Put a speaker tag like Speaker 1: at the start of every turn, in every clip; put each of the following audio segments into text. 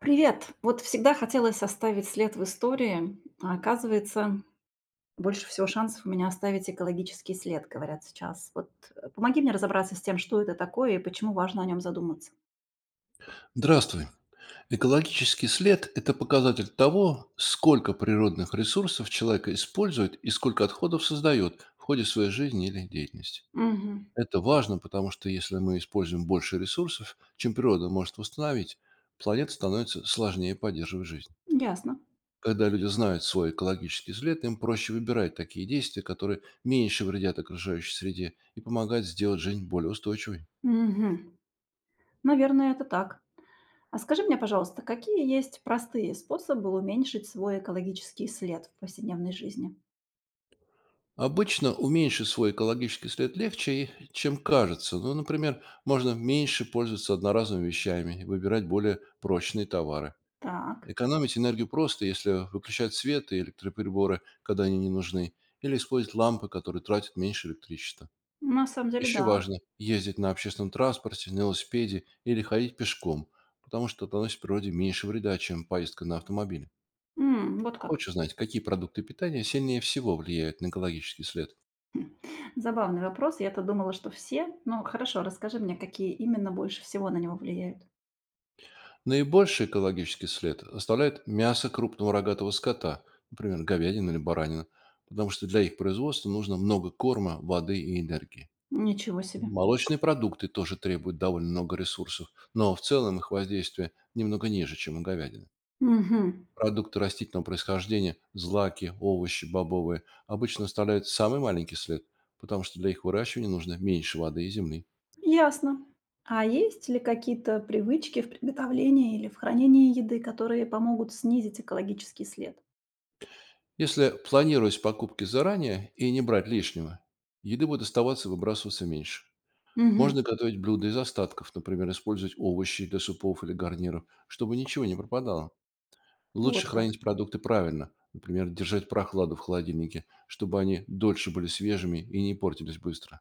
Speaker 1: Привет! Вот всегда хотелось оставить след в истории, а оказывается, больше всего шансов у меня оставить экологический след, говорят сейчас. Помоги мне разобраться с тем, что это такое и почему важно о нем задуматься.
Speaker 2: Здравствуй. Экологический след– это показатель того, сколько природных ресурсов человек использует и сколько отходов создает в ходе своей жизни или деятельности.
Speaker 1: Мгм.
Speaker 2: Это важно, потому что если мы используем больше ресурсов, чем природа может восстановить, планета становится сложнее поддерживать жизнь.
Speaker 1: Ясно.
Speaker 2: Когда люди знают свой экологический след, им проще выбирать такие действия, которые меньше вредят окружающей среде и помогают сделать жизнь более устойчивой.
Speaker 1: Мгм. Наверное, это так. А скажи мне, пожалуйста, какие есть простые способы уменьшить свой экологический след в повседневной жизни?
Speaker 2: Обычно уменьшить свой экологический след легче, чем кажется. Ну, например, можно меньше пользоваться одноразовыми вещами и выбирать более прочные товары.
Speaker 1: Так,
Speaker 2: Экономить энергию просто, если выключать свет и электроприборы, когда они не нужны, или использовать лампы, которые тратят меньше электричества.
Speaker 1: на самом деле,
Speaker 2: Еще
Speaker 1: да.
Speaker 2: важно ездить на общественном транспорте, на велосипеде или ходить пешком, потому что это наносит природе меньше вреда, чем поездка на автомобиле.
Speaker 1: М, вот как.
Speaker 2: Хочешь знать, какие продукты питания сильнее всего влияют на экологический след?
Speaker 1: Забавный вопрос. Я-то думала, что все. Ну, хорошо, расскажи мне, какие именно больше всего на него влияют.
Speaker 2: Наибольший экологический след оставляет мясо крупного рогатого скота, например, говядина или баранина, потому что для их производства нужно много корма, воды и энергии.
Speaker 1: Ничего себе.
Speaker 2: Молочные продукты тоже требуют довольно много ресурсов, но в целом их воздействие немного ниже, чем у говядины.
Speaker 1: Мгм.
Speaker 2: Продукты растительного происхождения, злаки, овощи, бобовые, обычно оставляют самый маленький след, потому что для их выращивания нужно меньше воды и земли.
Speaker 1: Ясно. А есть ли какие-то привычки в приготовлении или в хранении еды, которые помогут снизить экологический след?
Speaker 2: Если планировать покупки заранее и не брать лишнего, еды будет оставаться и выбрасываться меньше.
Speaker 1: Мгм.
Speaker 2: Можно готовить блюда из остатков, например, использовать овощи для супов или гарниров, чтобы ничего не пропадало. Лучше
Speaker 1: Вот как.
Speaker 2: хранить продукты правильно, например, держать прохладу в холодильнике, чтобы они дольше были свежими и не портились быстро.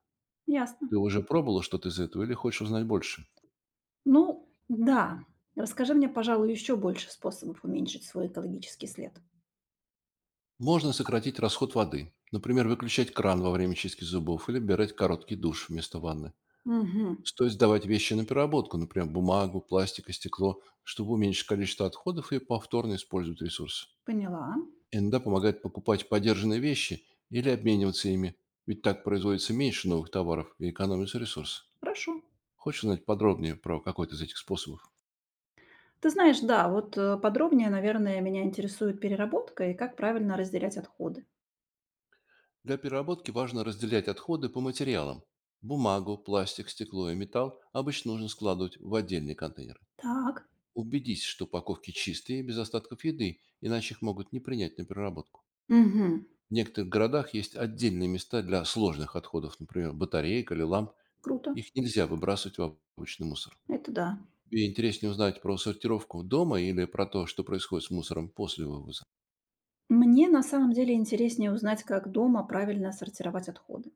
Speaker 1: Ясно.
Speaker 2: Ты уже пробовала что-то из этого или хочешь узнать больше?
Speaker 1: Ну, да. Расскажи мне, пожалуй, еще больше способов уменьшить свой экологический след.
Speaker 2: Можно сократить расход воды, например, выключать кран во время чистки зубов или брать короткий душ вместо ванны.
Speaker 1: Мгм.
Speaker 2: Стоит сдавать вещи на переработку, например, бумагу, пластик и стекло, чтобы уменьшить количество отходов и повторно использовать ресурсы.
Speaker 1: Поняла.
Speaker 2: Иногда помогает покупать подержанные вещи или обмениваться ими, ведь так производится меньше новых товаров и экономится ресурсы.
Speaker 1: Хорошо.
Speaker 2: Хочешь узнать подробнее про какой-то из этих способов?
Speaker 1: Ты знаешь, да, подробнее, наверное, меня интересует переработка и как правильно разделять отходы.
Speaker 2: Для переработки важно разделять отходы по материалам. Бумагу, пластик, стекло и металл обычно нужно складывать в отдельные контейнеры.
Speaker 1: Так.
Speaker 2: Убедись, что упаковки чистые и без остатков еды, иначе их могут не принять на переработку.
Speaker 1: Мгм.
Speaker 2: В некоторых городах есть отдельные места для сложных отходов, например, батареек или ламп.
Speaker 1: Круто.
Speaker 2: Их нельзя выбрасывать в обычный мусор.
Speaker 1: Это да.
Speaker 2: Тебе интереснее узнать про сортировку дома или про то, что происходит с мусором после вывоза?
Speaker 1: Мне на самом деле интереснее узнать, как дома правильно сортировать отходы.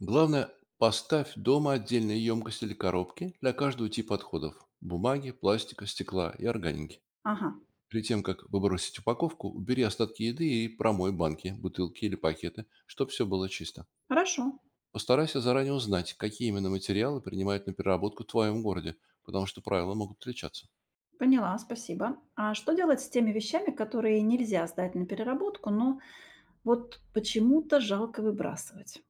Speaker 2: Главное, поставь дома отдельные емкости или коробки для каждого типа отходов– бумаги, пластика, стекла и органики.
Speaker 1: Ага.
Speaker 2: Перед тем, как выбросить упаковку, убери остатки еды и промой банки, бутылки или пакеты, чтобы все было чисто.
Speaker 1: Хорошо.
Speaker 2: Постарайся заранее узнать, какие именно материалы принимают на переработку в твоем городе, потому что правила могут отличаться.
Speaker 1: Поняла, спасибо. А что делать с теми вещами, которые нельзя сдать на переработку, но вот почему-то жалко выбрасывать?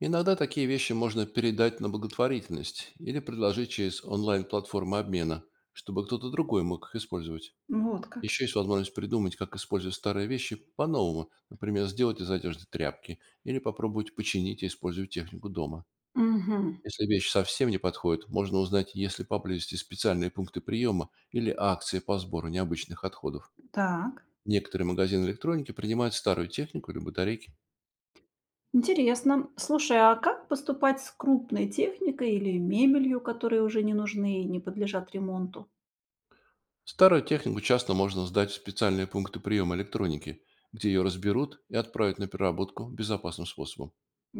Speaker 2: Иногда такие вещи можно передать на благотворительность или предложить через онлайн-платформы обмена, чтобы кто-то другой мог их использовать.
Speaker 1: Вот как.
Speaker 2: Еще есть возможность придумать, как использовать старые вещи по-новому, например, сделать из одежды тряпки или попробовать починить и использовать технику дома.
Speaker 1: Угу.
Speaker 2: Если вещь совсем не подходит, можно узнать, есть ли поблизости специальные пункты приема или акции по сбору необычных отходов.
Speaker 1: Так.
Speaker 2: Некоторые магазины электроники принимают старую технику или батарейки.
Speaker 1: Интересно. Слушай, а как поступать с крупной техникой или мебелью, которые уже не нужны и не подлежат ремонту?
Speaker 2: Старую технику часто можно сдать в специальные пункты приема электроники, где ее разберут и отправят на переработку безопасным способом.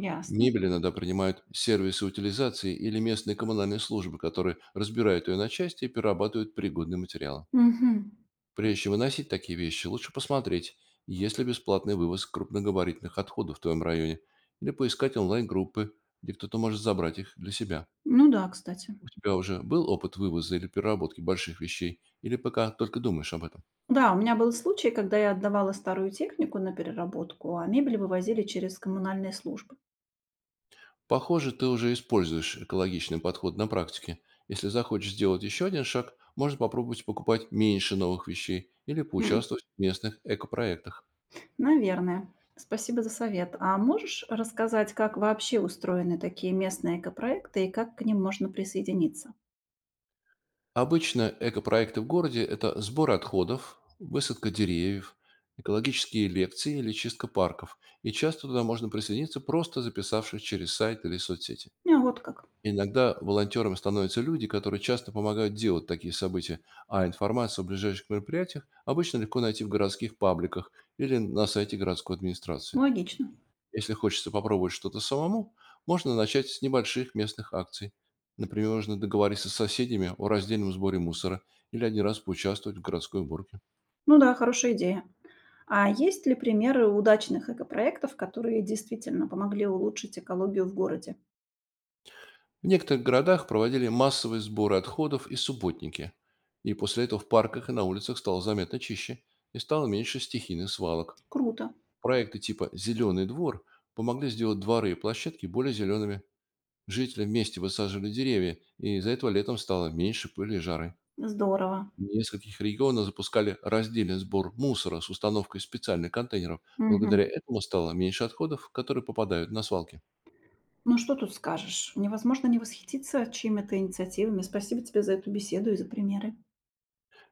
Speaker 1: Ясно.
Speaker 2: Мебель иногда принимают сервисы утилизации или местные коммунальные службы, которые разбирают ее на части и перерабатывают пригодные материалы.
Speaker 1: Мгм.
Speaker 2: Прежде чем выносить такие вещи, лучше посмотреть, есть ли бесплатный вывоз крупногабаритных отходов в твоем районе, или поискать онлайн-группы, где кто-то может забрать их для себя.
Speaker 1: Ну да, кстати.
Speaker 2: У тебя уже был опыт вывоза или переработки больших вещей, или пока только думаешь об этом?
Speaker 1: Да, у меня был случай, когда я отдавала старую технику на переработку, а мебель вывозили через коммунальные службы.
Speaker 2: Похоже, ты уже используешь экологичный подход на практике. Если захочешь сделать еще один шаг, можно попробовать покупать меньше новых вещей или
Speaker 1: Хм,
Speaker 2: поучаствовать в местных экопроектах.
Speaker 1: наверное. Спасибо за совет. А можешь рассказать, как вообще устроены такие местные экопроекты и как к ним можно присоединиться?
Speaker 2: Обычно экопроекты в городе– это сбор отходов, высадка деревьев, экологические лекции или чистка парков. И часто туда можно присоединиться, просто записавшись через сайт или соцсети.
Speaker 1: А вот как.
Speaker 2: Иногда волонтерами становятся люди, которые часто помогают делать такие события, а информацию о ближайших мероприятиях обычно легко найти в городских пабликах или на сайте городской администрации.
Speaker 1: Логично.
Speaker 2: Если хочется попробовать что-то самому, можно начать с небольших местных акций. Например, можно договориться с соседями о раздельном сборе мусора или один раз поучаствовать в городской уборке.
Speaker 1: Ну да, хорошая идея. А есть ли примеры удачных экопроектов, которые действительно помогли улучшить экологию в городе?
Speaker 2: В некоторых городах проводили массовые сборы отходов и субботники. И после этого в парках и на улицах стало заметно чище и стало меньше стихийных свалок.
Speaker 1: Круто,
Speaker 2: Проекты типа «Зеленый двор» помогли сделать дворы и площадки более зелеными. Жители вместе высаживали деревья, и из-за этого летом стало меньше пыли и жары.
Speaker 1: здорово.
Speaker 2: В нескольких регионах запускали раздельный сбор мусора с установкой специальных контейнеров.
Speaker 1: Мгм.
Speaker 2: Благодаря этому стало меньше отходов, которые попадают на свалки.
Speaker 1: Ну что тут скажешь? Невозможно не восхититься чьими-то инициативами. Спасибо тебе за эту беседу и за примеры.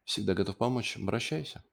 Speaker 2: Всегда готов помочь. Обращайся.